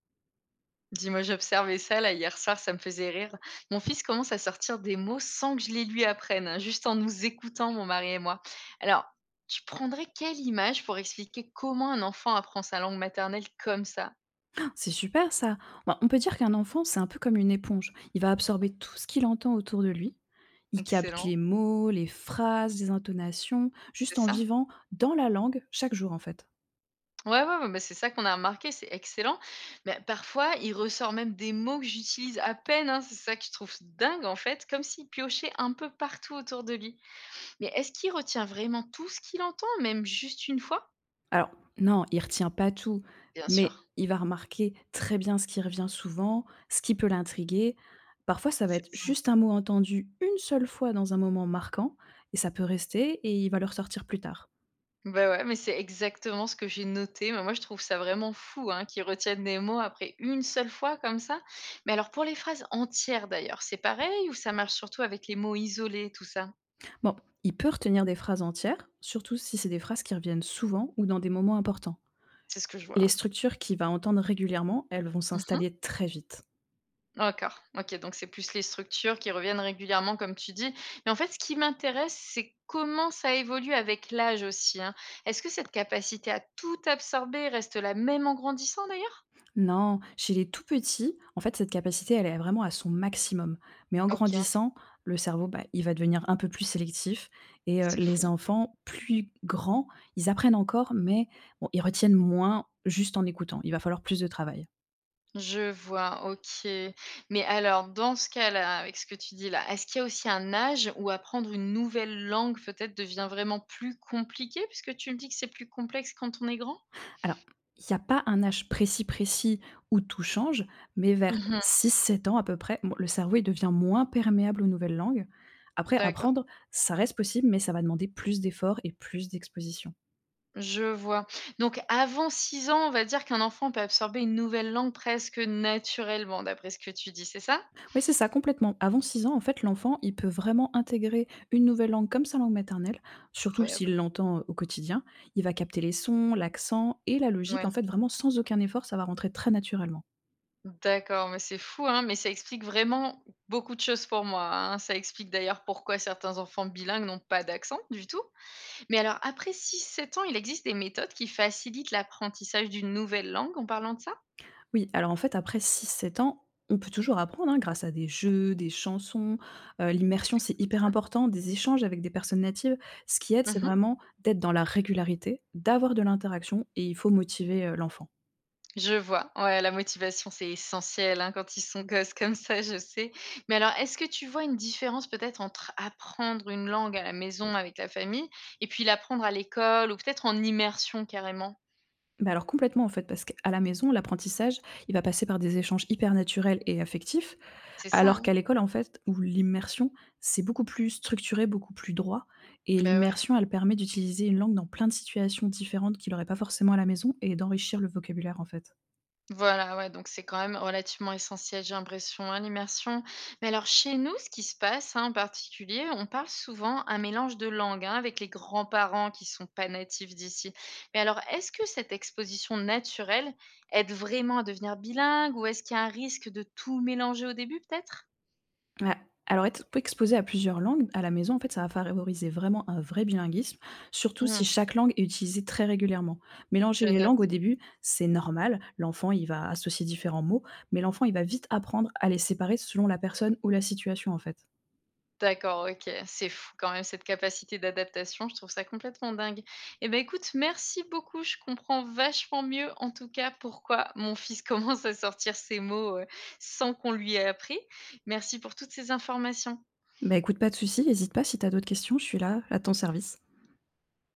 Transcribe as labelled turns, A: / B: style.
A: Dis-moi, j'observais ça là hier soir, ça me faisait rire. Mon fils commence à sortir des mots sans que je les lui apprenne, hein, juste en nous écoutant, mon mari et moi. Alors, tu prendrais quelle image pour expliquer comment un enfant apprend sa langue maternelle comme ça?
B: C'est super ça. Bah, on peut dire qu'un enfant, c'est un peu comme une éponge. Il va absorber tout ce qu'il entend autour de lui. Il capte
A: Excellent,
B: les mots, les phrases, les intonations,
A: c'est
B: juste en
A: ça?
B: vivant dans la langue chaque jour en fait.
A: Ouais, ouais, ouais, bah, c'est ça qu'on a remarqué, c'est excellent. Mais parfois, il ressort même des mots que j'utilise à peine, hein, c'est ça que je trouve dingue en fait, comme s'il piochait un peu partout autour de lui. Mais est-ce qu'il retient vraiment tout ce qu'il entend, même juste une fois?
B: Alors non, il retient pas tout,
A: Bien
B: mais
A: sûr,
B: il va remarquer très bien ce qui revient souvent, ce qui peut l'intriguer. Parfois, ça va
A: c'est
B: être
A: ça.
B: juste un mot entendu une seule fois dans un moment marquant, et ça peut rester, et il va le ressortir plus tard.
A: Bah, ouais, mais c'est exactement ce que j'ai noté. Mais moi, je trouve ça vraiment fou, hein, qu'ils retiennent des mots après une seule fois comme ça. Mais alors pour les phrases entières d'ailleurs, c'est pareil ou ça marche surtout avec les mots isolés, tout ça?
B: Bon, il peut retenir des phrases entières, surtout si c'est des phrases qui reviennent souvent ou dans des moments importants.
A: C'est ce que je
B: Les
A: vois.
B: structures qu'il va entendre régulièrement, elles vont
A: Mmh.
B: s'installer très vite.
A: D'accord. OK, donc c'est plus les structures qui reviennent régulièrement comme tu dis. Mais en fait, ce qui m'intéresse, c'est comment ça évolue avec l'âge aussi, hein. Est-ce que cette capacité à tout absorber reste la même en grandissant d'ailleurs?
B: Non, chez les tout petits, en fait, cette capacité, elle est vraiment à son maximum. Mais en
A: OK,
B: grandissant, le cerveau, bah, il va devenir un peu plus sélectif.
A: c'est fou.
B: Les enfants plus grands, ils apprennent encore, mais bon, ils retiennent moins juste en écoutant. Il va falloir plus de travail.
A: Je vois, OK. Mais alors dans ce cas-là, avec ce que tu dis là, est-ce qu'il y a aussi un âge où apprendre une nouvelle langue peut-être devient vraiment plus compliqué? Puisque tu me dis que c'est plus complexe quand on est grand?
B: Alors, il n'y a pas un âge précis, précis où tout change, mais vers
A: Mmh,
B: 6 7 ans à peu près, bon, le cerveau, il devient moins perméable aux nouvelles langues. Après,
A: d'accord,
B: apprendre, ça reste possible, mais ça va demander plus d'efforts et plus d'exposition.
A: je vois. Donc avant 6 ans, on va dire qu'un enfant peut absorber une nouvelle langue presque naturellement, d'après ce que tu dis, c'est ça?
B: Oui, c'est ça, complètement. Avant 6 ans, en fait, l'enfant, il peut vraiment intégrer une nouvelle langue comme sa langue maternelle, surtout
A: Incroyable,
B: s'il l'entend, au quotidien. Il va capter les sons, l'accent et la logique,
A: ouais.
B: en fait, vraiment sans aucun effort, ça va rentrer très naturellement.
A: D'accord, mais c'est fou, hein, mais ça explique vraiment beaucoup de choses pour moi, hein. Ça explique d'ailleurs pourquoi certains enfants bilingues n'ont pas d'accent du tout. Mais alors après 6 7 ans, il existe des méthodes qui facilitent l'apprentissage d'une nouvelle langue en parlant de ça?
B: Oui, alors en fait, après 6 7 ans, on peut toujours apprendre, hein, grâce à des jeux, des chansons. L'immersion,
A: C'est
B: c'est
A: cool
B: hyper
A: ça.
B: important, des échanges avec des personnes natives. Ce qui aide, c'est
A: Mmh.
B: vraiment d'être dans la régularité, d'avoir de l'interaction et il faut motiver l'enfant.
A: Je vois. Ouais, la motivation, c'est essentiel, hein, quand ils sont gosses comme ça, je sais. Mais alors, est-ce que tu vois une différence peut-être entre apprendre une langue à la maison avec la famille et puis l'apprendre à l'école ou peut-être en immersion carrément?
B: Bah, alors complètement, en fait, parce qu'à la maison, l'apprentissage, il va passer par des échanges hyper naturels et affectifs,
A: C'est ça,
B: alors
A: hein?
B: qu'à l'école, en fait, où l'immersion, c'est beaucoup plus structuré, beaucoup plus droit et
A: Bah ouais.
B: l'immersion, elle permet d'utiliser une langue dans plein de situations différentes qu'il n'aurait pas forcément à la maison et d'enrichir le vocabulaire, en fait.
A: Voilà, ouais, donc c'est quand même relativement essentiel, j'ai l'impression, hein, l'immersion. Mais alors chez nous, ce qui se passe hein, en particulier, on parle souvent un mélange de langues hein, avec les grands-parents qui sont pas natifs d'ici. Mais alors, est-ce que cette exposition naturelle aide vraiment à devenir bilingue ou est-ce qu'il y a un risque de tout mélanger au début peut-être?
B: Ouais. Alors être exposé à plusieurs langues à la maison, en fait, ça va favoriser vraiment un vrai bilinguisme, surtout si
A: Hmm,
B: chaque langue est utilisée très régulièrement. Mélanger
A: je
B: les langues au
A: note.
B: début, c'est normal, l'enfant, il va associer différents mots, mais l'enfant, il va vite apprendre à les séparer selon la personne ou la situation, en fait.
A: D'accord, OK. C'est fou quand même cette capacité d'adaptation, je trouve ça complètement dingue. Et ben écoute, merci beaucoup, je comprends vachement mieux en tout cas pourquoi mon fils commence à sortir ces mots, sans qu'on lui ait appris. Merci pour toutes ces informations.
B: Bah écoute, pas de souci, n'hésite pas si tu as d'autres questions, je suis là, à ton service.